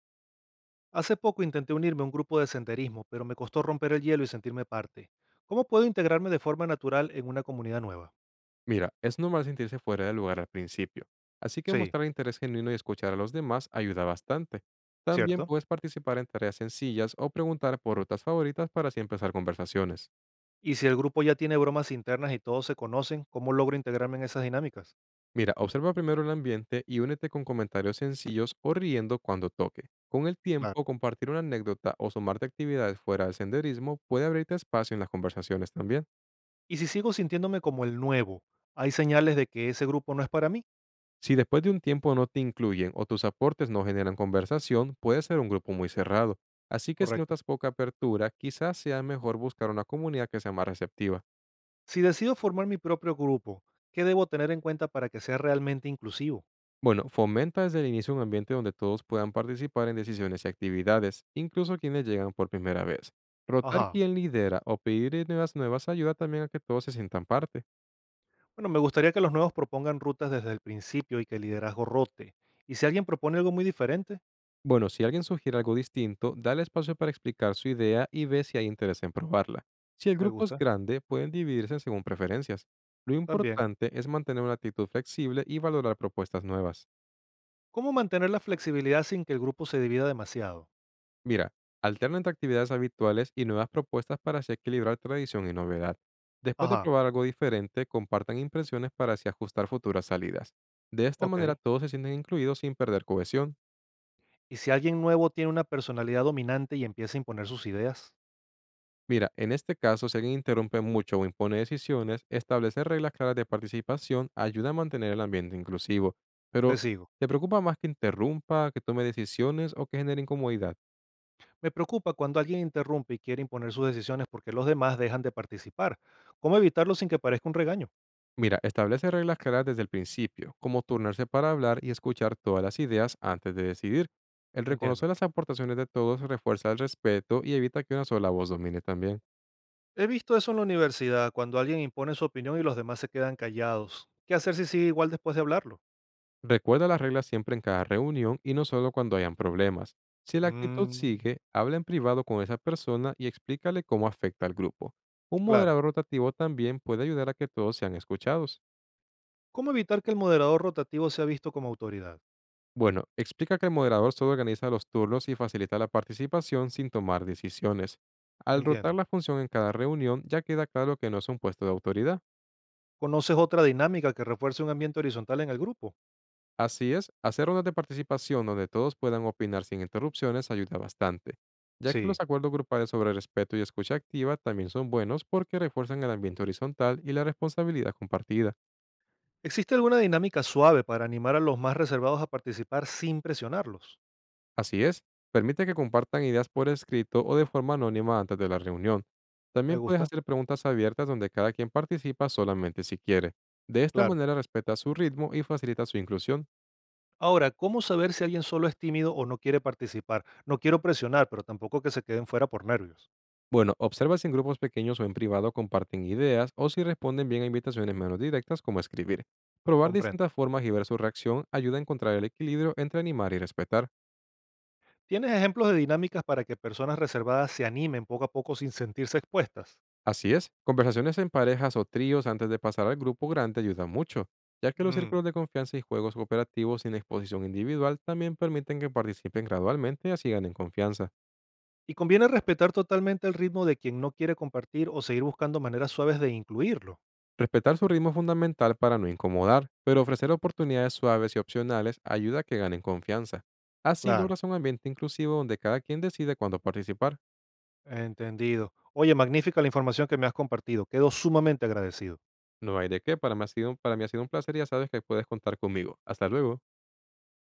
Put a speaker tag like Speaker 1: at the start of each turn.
Speaker 1: Hace poco intenté unirme a un grupo de senderismo, pero me costó romper el hielo y sentirme parte. ¿Cómo puedo integrarme de forma natural en una comunidad nueva?
Speaker 2: Mira, es normal sentirse fuera de lugar al principio, así que
Speaker 1: Sí,
Speaker 2: mostrar interés genuino y escuchar a los demás ayuda bastante. También
Speaker 1: cierto.
Speaker 2: puedes participar en tareas sencillas o preguntar por rutas favoritas para así empezar conversaciones.
Speaker 1: Y si el grupo ya tiene bromas internas y todos se conocen, ¿cómo logro integrarme en esas dinámicas?
Speaker 2: Mira, observa primero el ambiente y únete con comentarios sencillos o riendo cuando toque. Con el
Speaker 1: Claro.
Speaker 2: tiempo, compartir una anécdota o sumarte a actividades fuera del senderismo puede abrirte espacio en las conversaciones también.
Speaker 1: Y si sigo sintiéndome como el nuevo, hay señales de que ese grupo no es para mí.
Speaker 2: Si después de un tiempo no te incluyen o tus aportes no generan conversación, puede ser un grupo muy cerrado. Así que si
Speaker 1: Correcto.
Speaker 2: notas poca apertura, quizás sea mejor buscar una comunidad que sea más receptiva.
Speaker 1: Si decido formar mi propio grupo, ¿qué debo tener en cuenta para que sea realmente inclusivo?
Speaker 2: Bueno, fomenta desde el inicio un ambiente donde todos puedan participar en decisiones y actividades, incluso quienes llegan por primera vez. Rotar
Speaker 1: Ajá.
Speaker 2: quien lidera o pedir ideas nuevas ayuda también a que todos se sientan parte.
Speaker 1: Bueno, me gustaría que los nuevos propongan rutas desde el principio y que el liderazgo rote. ¿Y si alguien propone algo muy diferente?
Speaker 2: Bueno, si alguien sugiere algo distinto, dale espacio para explicar su idea y ve si hay interés en probarla. Si el
Speaker 1: Me
Speaker 2: grupo es
Speaker 1: gusta,
Speaker 2: grande, pueden dividirse según preferencias. Lo
Speaker 1: también.
Speaker 2: importante es mantener una actitud flexible y valorar propuestas nuevas.
Speaker 1: ¿Cómo mantener la flexibilidad sin que el grupo se divida demasiado?
Speaker 2: Mira, alterna entre actividades habituales y nuevas propuestas para así equilibrar tradición y novedad. Después de
Speaker 1: Ajá,
Speaker 2: probar algo diferente, compartan impresiones para así ajustar futuras salidas. De esta manera
Speaker 1: ok.
Speaker 2: todos se sienten incluidos sin perder cohesión.
Speaker 1: ¿Y si alguien nuevo tiene una personalidad dominante y empieza a imponer sus ideas?
Speaker 2: Mira, en este caso, si alguien interrumpe mucho o impone decisiones, establecer reglas claras de participación ayuda a mantener el ambiente inclusivo.
Speaker 1: Te
Speaker 2: Pero,
Speaker 1: sigo.
Speaker 2: ¿te preocupa más que interrumpa, que tome decisiones o que genere incomodidad?
Speaker 1: Me preocupa cuando alguien interrumpe y quiere imponer sus decisiones porque los demás dejan de participar. ¿Cómo evitarlo sin que parezca un regaño?
Speaker 2: Mira, establece reglas claras desde el principio, como turnarse para hablar y escuchar todas las ideas antes de decidir. El
Speaker 1: Entiendo.
Speaker 2: reconocer las aportaciones de todos refuerza el respeto y evita que una sola voz domine también.
Speaker 1: He visto eso en la universidad, cuando alguien impone su opinión y los demás se quedan callados. ¿Qué hacer si sigue igual después de hablarlo?
Speaker 2: Recuerda las reglas siempre en cada reunión y no solo cuando hayan problemas. Si la actitud
Speaker 1: Mmm,
Speaker 2: sigue, habla en privado con esa persona y explícale cómo afecta al grupo. Un
Speaker 1: claro.
Speaker 2: moderador rotativo también puede ayudar a que todos sean escuchados.
Speaker 1: ¿Cómo evitar que el moderador rotativo sea visto como autoridad?
Speaker 2: Bueno, explica que el moderador solo organiza los turnos y facilita la participación sin tomar decisiones. Al rotar
Speaker 1: Entiendo.
Speaker 2: la función en cada reunión ya queda claro que no es un puesto de autoridad.
Speaker 1: ¿Conoces otra dinámica que refuerce un ambiente horizontal en el grupo?
Speaker 2: Así es, hacer rondas de participación donde todos puedan opinar sin interrupciones ayuda bastante, ya que los
Speaker 1: Sí.
Speaker 2: acuerdos grupales sobre respeto y escucha activa también son buenos porque refuerzan el ambiente horizontal y la responsabilidad compartida.
Speaker 1: ¿Existe alguna dinámica suave para animar a los más reservados a participar sin presionarlos?
Speaker 2: Así es, permite que compartan ideas por escrito o de forma anónima antes de la reunión.
Speaker 1: Me
Speaker 2: También puedes
Speaker 1: gusta,
Speaker 2: hacer preguntas abiertas donde cada quien participa solamente si quiere. De esta
Speaker 1: claro.
Speaker 2: manera respeta su ritmo y facilita su inclusión.
Speaker 1: Ahora, ¿cómo saber si alguien solo es tímido o no quiere participar? No quiero presionar, pero tampoco que se queden fuera por nervios.
Speaker 2: Bueno, observa si en grupos pequeños o en privado comparten ideas o si responden bien a invitaciones menos directas como escribir. Probar
Speaker 1: Comprendo.
Speaker 2: distintas formas y ver su reacción ayuda a encontrar el equilibrio entre animar y respetar.
Speaker 1: ¿Tienes ejemplos de dinámicas para que personas reservadas se animen poco a poco sin sentirse expuestas?
Speaker 2: Así es, conversaciones en parejas o tríos antes de pasar al grupo grande ayudan mucho, ya que los
Speaker 1: Mm.
Speaker 2: círculos de confianza y juegos cooperativos sin exposición individual también permiten que participen gradualmente y así ganen confianza.
Speaker 1: Y conviene respetar totalmente el ritmo de quien no quiere compartir o seguir buscando maneras suaves de incluirlo.
Speaker 2: Respetar su ritmo es fundamental para no incomodar, pero ofrecer oportunidades suaves y opcionales ayuda a que ganen confianza. Así
Speaker 1: Claro.
Speaker 2: logras un ambiente inclusivo donde cada quien decide cuándo participar.
Speaker 1: Entendido. Oye, magnífica la información que me has compartido. Quedo sumamente agradecido.
Speaker 2: No hay de qué, para mí ha sido un placer y ya sabes que puedes contar conmigo. Hasta luego.